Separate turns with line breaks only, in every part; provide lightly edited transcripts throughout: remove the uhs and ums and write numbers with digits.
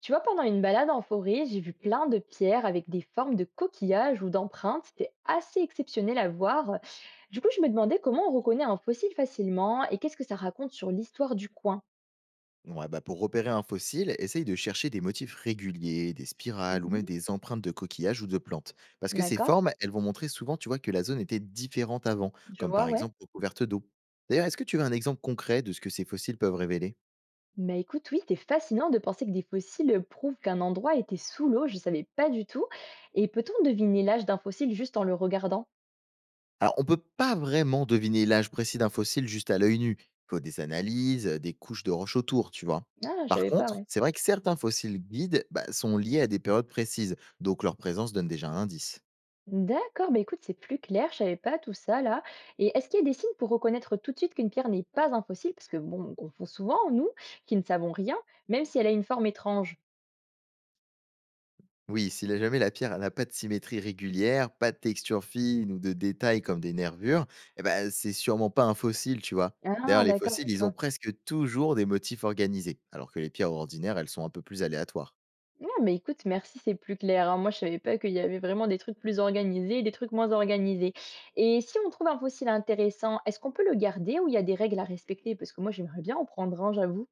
Tu vois, pendant une balade en forêt, j'ai vu plein de pierres avec des formes de coquillages ou d'empreintes. C'était assez exceptionnel à voir. Du coup, je me demandais comment on reconnaît un fossile facilement et qu'est-ce que ça raconte sur l'histoire du coin.
Ouais, bah pour repérer un fossile, essaye de chercher des motifs réguliers, des spirales ou même
Mhm.
des empreintes de coquillages ou de plantes. Parce que ces
D'accord,
formes, elles vont montrer souvent, tu vois, que la zone était différente avant,
je
comme
vois,
par
ouais.
exemple recouverte d'eau. D'ailleurs, est-ce que tu veux un exemple concret de ce que ces fossiles peuvent révéler?
Mais écoute, oui, c'est fascinant de penser que des fossiles prouvent qu'un endroit était sous l'eau. Je ne savais pas du tout. Et peut-on deviner l'âge d'un fossile juste en le regardant?
Alors, on peut pas vraiment deviner l'âge précis d'un fossile juste à l'œil nu. Il faut des analyses, des couches de roches autour, tu vois.
Ah, je
Par
savais pas,
contre,
ouais.
c'est vrai que certains fossiles guides bah, sont liés à des périodes précises, donc leur présence donne déjà un indice.
D'accord, bah écoute, c'est plus clair, je savais pas tout ça là. Et est-ce qu'il y a des signes pour reconnaître tout de suite qu'une pierre n'est pas un fossile? Parce que bon, on confond souvent, nous, qui ne savons rien, même si elle a une forme étrange.
Oui, si la- jamais la pierre elle n'a pas de symétrie régulière, pas de texture fine ou de détails comme des nervures, eh ben, c'est sûrement pas un fossile, tu vois.
Ah,
D'ailleurs, les
d'accord,
fossiles,
tu
ils ont
vois.
presque toujours des motifs organisés, alors que les pierres ordinaires, elles sont un peu plus aléatoires.
Ah, mais écoute, merci, c'est plus clair, hein. Moi, je savais pas qu'il y avait vraiment des trucs plus organisés et des trucs moins organisés. Et si on trouve un fossile intéressant, est-ce qu'on peut le garder ou il y a des règles à respecter? Parce que moi, j'aimerais bien en prendre un, j'avoue.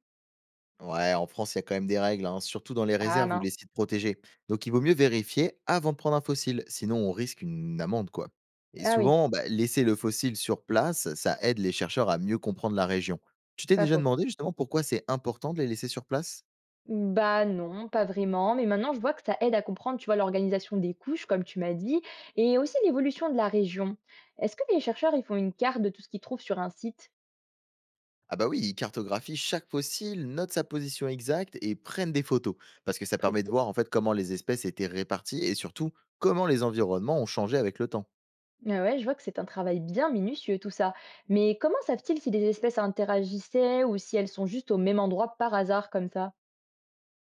Ouais, en France, il y a quand même des règles, hein, surtout dans les
Ah
réserves ou
mince.
les sites protégés. Donc, il vaut mieux vérifier avant de prendre un fossile, sinon on risque une amende, quoi. Et
Ah oui,
souvent, bah, laisser le fossile sur place, ça aide les chercheurs à mieux comprendre la région. Tu t'es
pas
déjà
faux.
demandé justement pourquoi c'est important de les laisser sur place?
Bah, non, pas vraiment, mais maintenant je vois que ça aide à comprendre, tu vois, l'organisation des couches, comme tu m'as dit, et aussi l'évolution de la région. Est-ce que les chercheurs, ils font une carte de tout ce qu'ils trouvent sur un site?
Ah bah oui, ils cartographient chaque fossile, notent sa position exacte et prennent des photos, parce que
C'est
ça
précis?
permet de voir en fait comment les espèces étaient réparties et surtout comment les environnements ont changé avec le temps.
Ah ouais, je vois que c'est un travail bien minutieux tout ça. Mais comment savent-ils si les espèces interagissaient ou si elles sont juste au même endroit par hasard comme ça?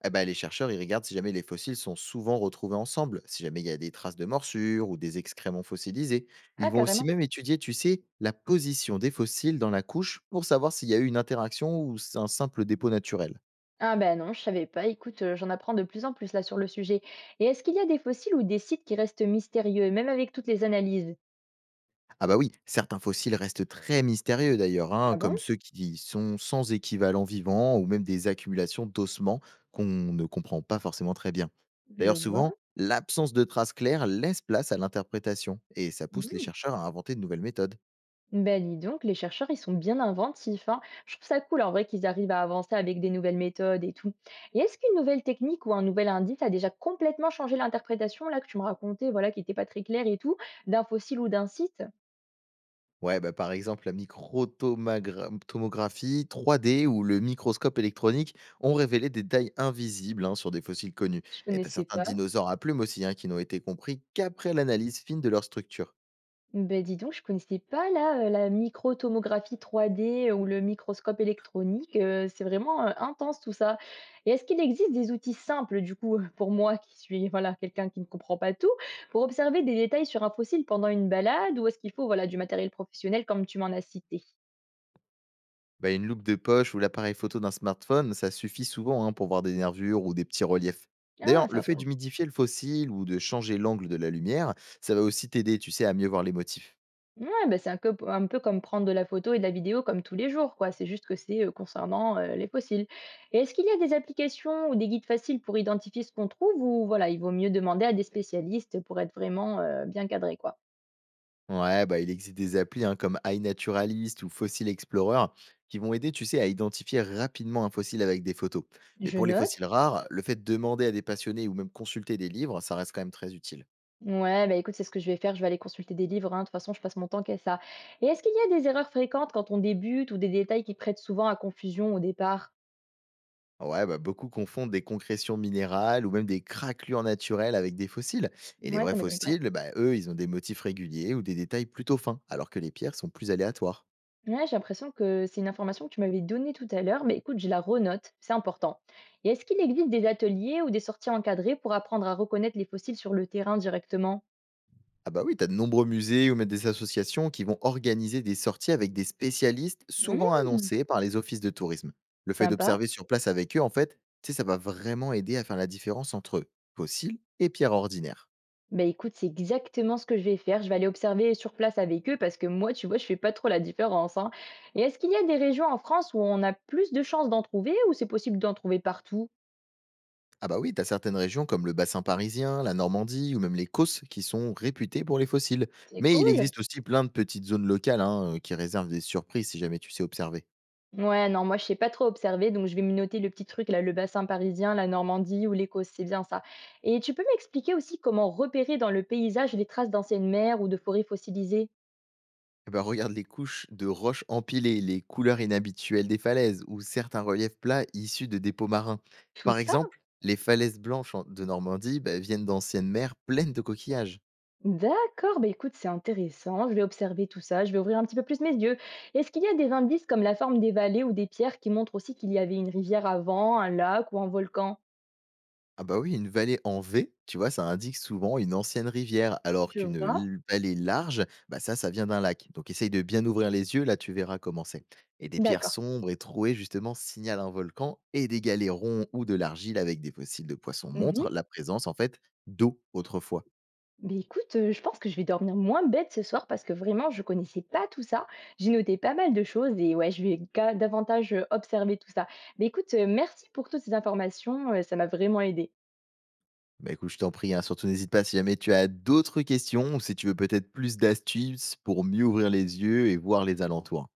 Ah bah les chercheurs, ils regardent si jamais les fossiles sont souvent retrouvés ensemble, si jamais il y a des traces de morsures ou des excréments fossilisés. Ils
Ah,
vont aussi
carrément.
même étudier, tu sais, la position des fossiles dans la couche pour savoir s'il y a eu une interaction ou c'est un simple dépôt naturel.
Ah ben non, je savais pas. Écoute, j'en apprends de plus en plus là sur le sujet. Et est-ce qu'il y a des fossiles ou des sites qui restent mystérieux, même avec toutes les analyses?
Ah bah oui, certains fossiles restent très mystérieux d'ailleurs,
Ah
hein, comme
bon?
ceux qui sont sans équivalent vivant ou même des accumulations d'ossements qu'on ne comprend pas forcément très bien.
Je
D'ailleurs
vois.
souvent, l'absence de traces claires laisse place à l'interprétation et ça pousse les
Hmm.
chercheurs à inventer de nouvelles méthodes.
Ben dis donc, les chercheurs, ils sont bien inventifs, hein. Je trouve ça cool en vrai qu'ils arrivent à avancer avec des nouvelles méthodes et tout. Et est-ce qu'une nouvelle technique ou un nouvel indice a déjà complètement changé l'interprétation, là que tu me racontais, voilà, qui n'était pas très claire et tout, d'un fossile ou d'un site?
Ouais, bah par exemple la microtomographie 3D ou le microscope électronique ont révélé des tailles invisibles hein, sur des fossiles connus.
Je
Et t'as
connaissais
certains
pas.
dinosaures à plumes aussi hein, qui n'ont été compris qu'après l'analyse fine de leur structure.
Ben dis donc, je connaissais pas là, la microtomographie 3D ou le microscope électronique, c'est vraiment, intense tout ça. Et est-ce qu'il existe des outils simples du coup, pour moi qui suis, voilà, quelqu'un qui ne comprend pas tout, pour observer des détails sur un fossile pendant une balade, ou est-ce qu'il faut, voilà, du matériel professionnel comme tu m'en as cité?
Bah, une loupe de poche ou l'appareil photo d'un smartphone, ça suffit souvent hein, pour voir des nervures ou des petits reliefs.
Ah,
D'ailleurs,
c'est
le fait
rassurant.
d'humidifier le fossile ou de changer l'angle de la lumière, ça va aussi t'aider, tu sais, à mieux voir les motifs.
Ouais, bah, c'est un peu comme prendre de la photo et de la vidéo comme tous les jours, quoi. C'est juste que c'est, concernant, les fossiles. Et est-ce qu'il y a des applications ou des guides faciles pour identifier ce qu'on trouve, ou voilà, il vaut mieux demander à des spécialistes pour être vraiment, bien cadré, quoi?
Ouais, bah il existe des applis hein, comme iNaturalist ou Fossil Explorer qui vont aider, tu sais, à identifier rapidement un fossile avec des photos. Mais
Je
pour les
note.
fossiles rares, le fait de demander à des passionnés ou même consulter des livres, ça reste quand même très utile.
Ouais, bah, écoute, c'est ce que je vais faire, je vais aller consulter des livres, hein. De toute façon, je passe mon temps qu'à ça. Et est-ce qu'il y a des erreurs fréquentes quand on débute ou des détails qui prêtent souvent à confusion au départ?
Ouais, bah, beaucoup confondent des concrétions minérales ou même des craquelures naturelles avec des fossiles. Et les
Ouais,
vrais
ça m'étonne pas.
fossiles, bah, eux, ils ont des motifs réguliers ou des détails plutôt fins, alors que les pierres sont plus aléatoires.
Ouais, j'ai l'impression que c'est une information que tu m'avais donnée tout à l'heure, mais écoute, je la renote, c'est important. Et est-ce qu'il existe des ateliers ou des sorties encadrées pour apprendre à reconnaître les fossiles sur le terrain directement?
Ah bah oui, t'as de nombreux musées ou même des associations qui vont organiser des sorties avec des spécialistes souvent
Hmm,
annoncés par les offices de tourisme. Le fait
sympa.
d'observer sur place avec eux, en fait, tu sais, ça va vraiment aider à faire la différence entre fossiles et pierres ordinaires.
Bah écoute, c'est exactement ce que je vais faire. Je vais aller observer sur place avec eux parce que moi, tu vois, je fais pas trop la différence, hein. Et est-ce qu'il y a des régions en France où on a plus de chances d'en trouver, ou c'est possible d'en trouver partout?
Ah bah oui, t'as certaines régions comme le bassin parisien, la Normandie ou même les Causses qui sont réputées pour les fossiles.
C'est
Mais il
cool.
existe aussi plein de petites zones locales hein, qui réservent des surprises si jamais tu sais observer.
Ouais, non, moi, je sais pas trop observer, donc je vais me noter le petit truc là, le bassin parisien, la Normandie ou l'Écosse, c'est bien ça. Et tu peux m'expliquer aussi comment repérer dans le paysage les traces d'anciennes mers ou de forêts fossilisées?
Eh bah regarde les couches de roches empilées, les couleurs inhabituelles des falaises ou certains reliefs plats issus de dépôts marins.
Tout
Par
ça?
exemple, les falaises blanches de Normandie bah, viennent d'anciennes mers pleines de coquillages.
D'accord, bah écoute, c'est intéressant, je vais observer tout ça, je vais ouvrir un petit peu plus mes yeux. Est-ce qu'il y a des indices comme la forme des vallées ou des pierres qui montrent aussi qu'il y avait une rivière avant, un lac ou un volcan?
Ah bah oui, une vallée en V, tu vois, ça indique souvent une ancienne rivière, alors
Je
qu'une
vois.
l- vallée large, bah ça, ça vient d'un lac. Donc essaye de bien ouvrir les yeux, là tu verras comment c'est. Et des pierres
D'accord.
sombres et trouées, justement, signalent un volcan, et des galets ronds ou de l'argile avec des fossiles de poissons
Mhm.
montrent la présence, en fait, d'eau autrefois.
Beh, écoute, je pense que je vais dormir moins bête ce soir parce que vraiment je connaissais pas tout ça. J'ai noté pas mal de choses et ouais, je vais ga davantage, observer tout ça. Beh, écoute, merci pour toutes ces informations, ça m'a vraiment aidé.
Bah écoute, je t'en prie, hein, surtout n'hésite pas si jamais tu as d'autres questions, ou si tu veux peut-être plus d'astuces pour mieux ouvrir les yeux et voir les alentours.